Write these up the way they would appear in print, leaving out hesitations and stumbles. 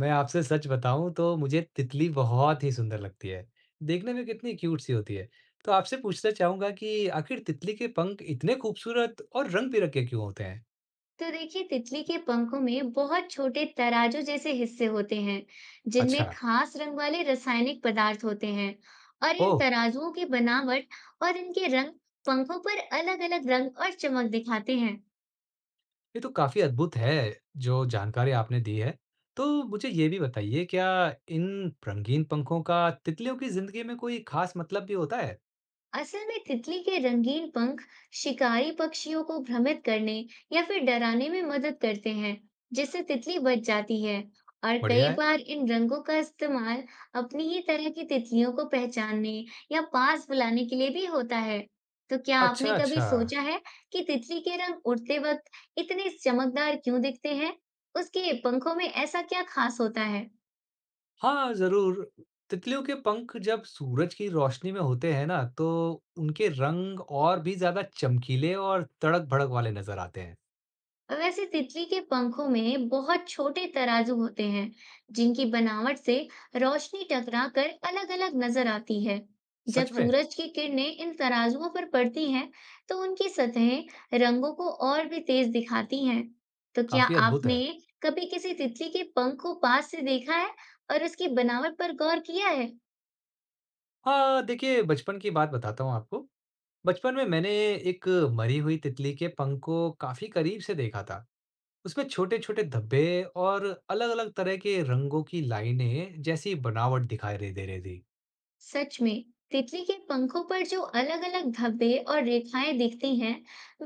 मैं आपसे सच बताऊं तो मुझे तितली बहुत ही सुंदर लगती है। देखने में कितनी क्यूट सी होती है। तो आपसे पूछना चाहूंगा कि आखिर तितली के पंख इतने खूबसूरत और रंग-बिरंगे क्यों होते हैं? तो देखिए तितली के पंखों में बहुत छोटे तराजू जैसे हिस्से होते हैं जिनमें अच्छा, खास रंग वाले रासायनिक पदार्थ होते हैं। और इन ओह, तराजुओं की बनावट और इनके रंग पंखों पर अलग-अलग रंग और चमक दिखाते हैं। ये तो काफी अद्भुत है जो जानकारी आपने दी है। तो मुझे ये भी बताइए क्या इन रंगीन पंखों का तितलियों की जिंदगी में कोई खास मतलब भी होता है? असल में तितली के रंगीन पंख शिकारी पक्षियों को भ्रमित करने या फिर डराने में मदद करते हैं, जिससे तितली बच जाती है। और कई बढ़िया है। बार इन रंगों का इस्तेमाल अपनी ही तरह की तितलियों को पहचानने या पास बुलाने के लिए भी होता है। तो क्या अच्छा, आपने कभी अच्छा। सोचा है कि तितली के रंग उड़ते वक्त इतने चमकदार क्यों दिखते हैं? उसके पंखों में ऐसा क्या खास होता है? हाँ, ज़रूर। तितलियों के पंख जब सूरज की रोशनी में होते हैं ना, तो उनके रंग और भी ज़्यादा चमकीले और तड़क-भड़क वाले नज़र आते हैं। वैसे तितली के पंखों में बहुत छोटे तराजू होते हैं जिनकी बनावट से रोशनी टकराकर अलग-अलग नजर आती है। जब सच में, सूरज की किरणें इन तराजुओं पर पड़ती हैं तो उनकी सतहें रंगों को और भी तेज दिखाती हैं। तो क्या काफ़ी अद्भुत आपने है। कभी किसी तितली के पंख को पास से देखा है और उसकी बनावट पर गौर किया है? हाँ, देखिए बचपन की बात बताता हूँ आपको। बचपन में मैंने एक मरी हुई तितली के पंख को काफ़ी करीब से देखा था। उसमें छोटे-छोटे धब्बे और अलग-अलग तरह के रंगों की लाइनें जैसी बनावट दिखाई रे दे रही थी। सच में, तितली के पंखों पर जो अलग अलग धब्बे और रेखाएं दिखती हैं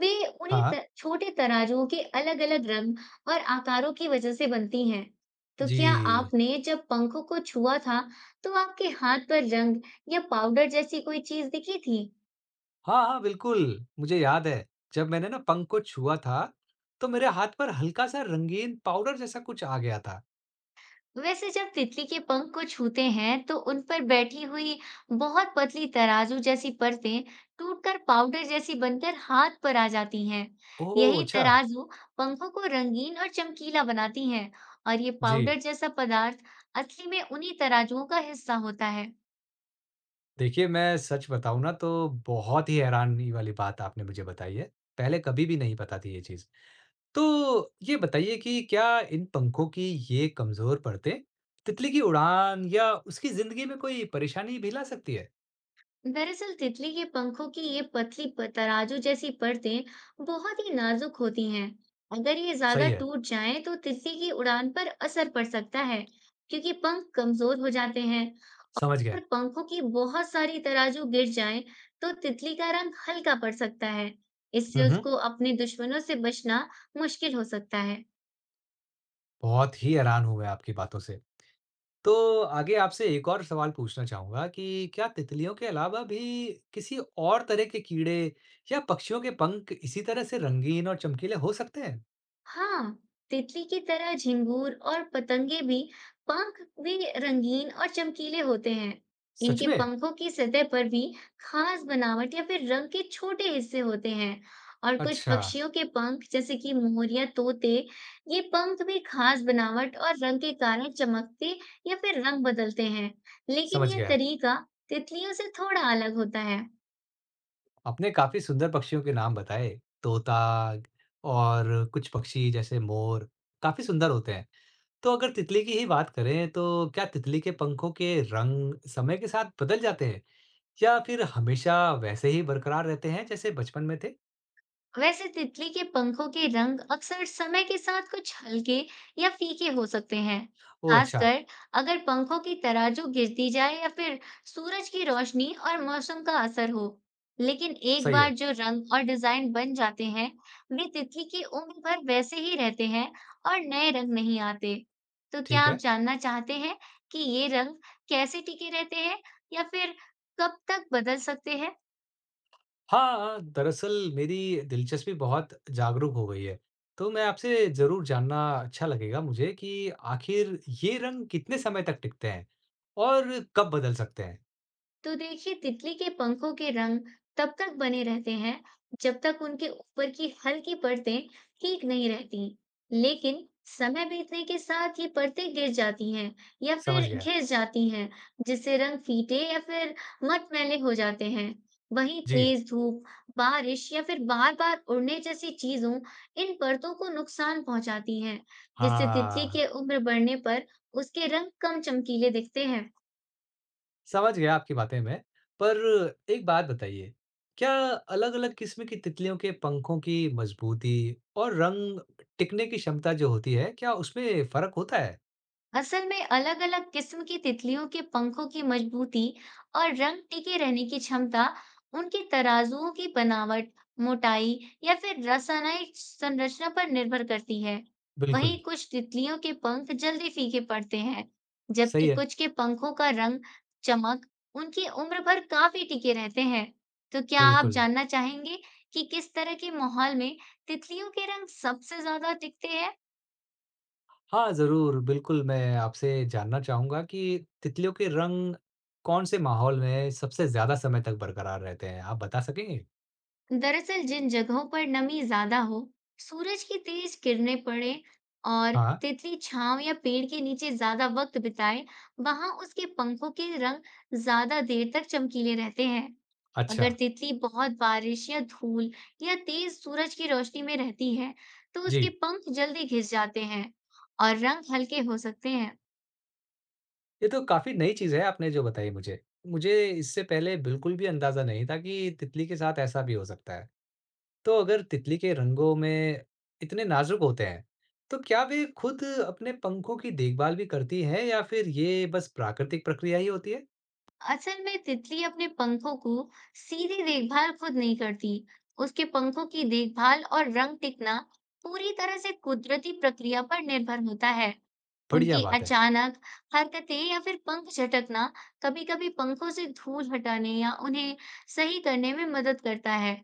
वे उन्हीं हाँ, त, छोटे तराजुओं के अलग अलग रंग और आकारों की वजह से बनती हैं। तो क्या जी। आपने जब पंखों को छुआ था तो आपके हाथ पर रंग या पाउडर जैसी कोई चीज दिखी थी? हाँ, हाँ, बिल्कुल। मुझे याद है, जब मैंने ना पंख को छुआ था, तो मेरे हाथ पर हल्का-सा रंगीन पाउडर जैसा कुछ आ गया था। वैसे जब तितली के पंख को छूते हैं तो उन पर बैठी हुई बहुत पतली तराजू जैसी परतें टूटकर पाउडर जैसी बनकर हाथ पर आ जाती हैं। ओह! यही अच्छा। तराजू पंखों को रंगीन और चमकीला बनाती हैं और ये पाउडर जी, जैसा पदार्थ असली में उन्हीं तराजुओं का हिस्सा होता है। देखिए मैं सच बताऊँ ना तो बहुत ही हैरानी वाली बात आपने मुझे बताई है। पहले कभी भी नहीं पता थी ये चीज़। तो ये बताइए कि क्या इन पंखों की ये कमज़ोर परतें तितली की उड़ान या उसकी ज़िंदगी में कोई परेशानी भी ला सकती है? दरअसल तितली के पंखों की ये पतली तराजू जैसी परतें बहुत ही नाजुक होती हैं। अगर ये ज्यादा सही है, टूट जाएं तो तितली की उड़ान पर असर पड़ सकता है, क्योंकि पंख कमजोर हो जाते हैं। समझ और गया। पंखों की बहुत सारी तराजू गिर जाएं तो तितली का रंग हल्का पड़ सकता है। हुँ, इससे हुँ। उसको अपने दुश्मनों से बचना मुश्किल हो सकता है। बहुत ही हैरान हूँ मैं आपकी बातों से। तो आगे आपसे एक और सवाल पूछना चाहूँगा कि क्या तितलियों के अलावा भी किसी और तरह के कीड़े या पक्षियों के पंख इसी तरह से रंगीन और चमकीले हो सकते हैं? हाँ, तितली की तरह झिंगूर और पतंगे भी पंख भी रंगीन और चमकीले होते हैं। सच इनके में? पंखों की सतह पर भी खास बनावट या फिर रंग के छोटे हिस्से होते हैं। और कुछ अच्छा, पक्षियों के पंख जैसे कि मोर या तोते, ये पंख भी खास बनावट और रंग के कारण चमकते या फिर रंग बदलते हैं। लेकिन समझ यह गया। तरीका तितलियों से थोड़ा अलग होता है। आपने काफ़ी सुंदर पक्षियों के नाम बताए। तोता और कुछ पक्षी जैसे मोर काफ़ी सुंदर होते हैं। तो अगर तितली की ही बात करें तो क्या तितली के पंखों के रंग समय के साथ बदल जाते हैं या फिर हमेशा वैसे ही बरकरार रहते हैं जैसे बचपन में थे? वैसे तितली के पंखों के रंग अक्सर समय के साथ कुछ हल्के या फीके हो सकते हैं, ओह अच्छा, खासकर अगर पंखों की तराजू गिरती जाए या फिर सूरज की रोशनी और मौसम का असर हो। लेकिन एक सही बार है। जो रंग और डिजाइन बन जाते हैं, वे तितली की उम्र भर वैसे ही रहते हैं और नए रंग नहीं आते। तो क्या ठीक आप है। जानना चाहते हैं कि ये रंग कैसे टिके रहते हैं या फिर कब तक बदल सकते हैं? हाँ, दरअसल मेरी दिलचस्पी बहुत जागरूक हो गई है। तो मैं आपसे ज़रूर जानना अच्छा लगेगा मुझे कि आखिर ये रंग कितने समय तक टिकते हैं और कब बदल सकते हैं? तो देखिए तितली के पंखों के रंग तब तक बने रहते हैं जब तक उनके ऊपर की हल्की परतें ठीक नहीं रहती। लेकिन समय बीतने के साथ ये परतें गिर जाती हैं या समझ फिर गया। घिस जाती हैं, जिससे रंग फीटे या फिर मटमैले हो जाते हैं। वहीं जी, तेज धूप, बारिश या फिर बार बार उड़ने जैसी चीजों इन परतों को नुकसान पहुंचाती हैं, जिससे तितली हाँ, के उम्र बढ़ने पर उसके रंग कम चमकीले दिखते हैं। समझ गया आपकी बातें मैं। पर एक बात बताइए, क्या अलग-अलग किस्म की तितलियों के पंखों की मजबूती और रंग टिकने की क्षमता जो होती है, क्या उसमें फ़र्क होता है? असल में अलग-अलग किस्म की तितलियों के पंखों की मजबूती और रंग टिके रहने की क्षमता उनके तराजुओं की बनावट, मोटाई या फिर रासायनिक संरचना पर निर्भर करती है। बिल्कुल, वहीं कुछ तितलियों के पंख जल्दी फीके पड़ते हैं, सही जबकि है, कुछ के पंखों का रंग, चमक उनकी उम्र भर काफी टिके रहते हैं। तो क्या आप बिल्कुल। जानना चाहेंगे कि किस तरह के माहौल में तितलियों के रंग सबसे ज्यादा टिकते हैं? हाँ, ज़रूर। बिल्कुल, मैं आपसे जानना चाहूँगा कि तितलियों के रंग कौन-से माहौल में सबसे ज़्यादा समय तक बरकरार रहते हैं? आप बता सकेंगे? दरअसल जिन जगहों पर नमी ज्यादा हो, सूरज की तेज किरणें पड़े और हाँ, तितली छांव या पेड़ के नीचे ज्यादा वक्त बिताए, वहां उसके पंखों के रंग ज्यादा देर तक चमकीले रहते हैं। अच्छा। अगर तितली बहुत बारिश या धूल या तेज सूरज की रोशनी में रहती है, तो उसके जी, पंख जल्दी घिस जाते हैं और रंग हल्के हो सकते हैं। ये तो काफ़ी नई चीज़ है आपने जो बताई मुझे। मुझे इससे पहले बिल्कुल भी अंदाज़ा नहीं था कि तितली के साथ ऐसा भी हो सकता है। तो अगर तितली के रंगों में इतने नाज़ुक होते हैं, तो क्या वे खुद अपने पंखों की देखभाल भी करती हैं या फिर ये बस प्राकृतिक प्रक्रिया ही होती है? असल में तितली अपने पंखों को सीधी देखभाल खुद नहीं करती। उसके पंखों की देखभाल और रंग टिकना पूरी तरह से कुदरती प्रक्रिया पर निर्भर होता है। बढ़िया उनकी बात है। अचानक हरकतें या फिर पंख झटकना कभी कभी पंखों से धूल हटाने या उन्हें सही करने में मदद करता है,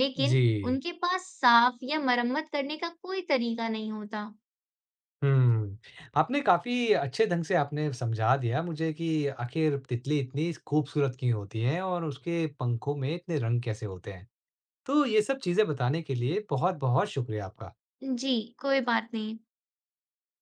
लेकिन जी। उनके पास साफ या मरम्मत करने का कोई तरीका नहीं होता। हुँ। आपने काफ़ी अच्छे ढंग से आपने समझा दिया मुझे कि आखिर तितली इतनी खूबसूरत क्यों होती है और उसके पंखों में इतने रंग कैसे होते हैं। तो ये सब चीज़ें बताने के लिए बहुत-बहुत शुक्रिया आपका। जी कोई बात नहीं।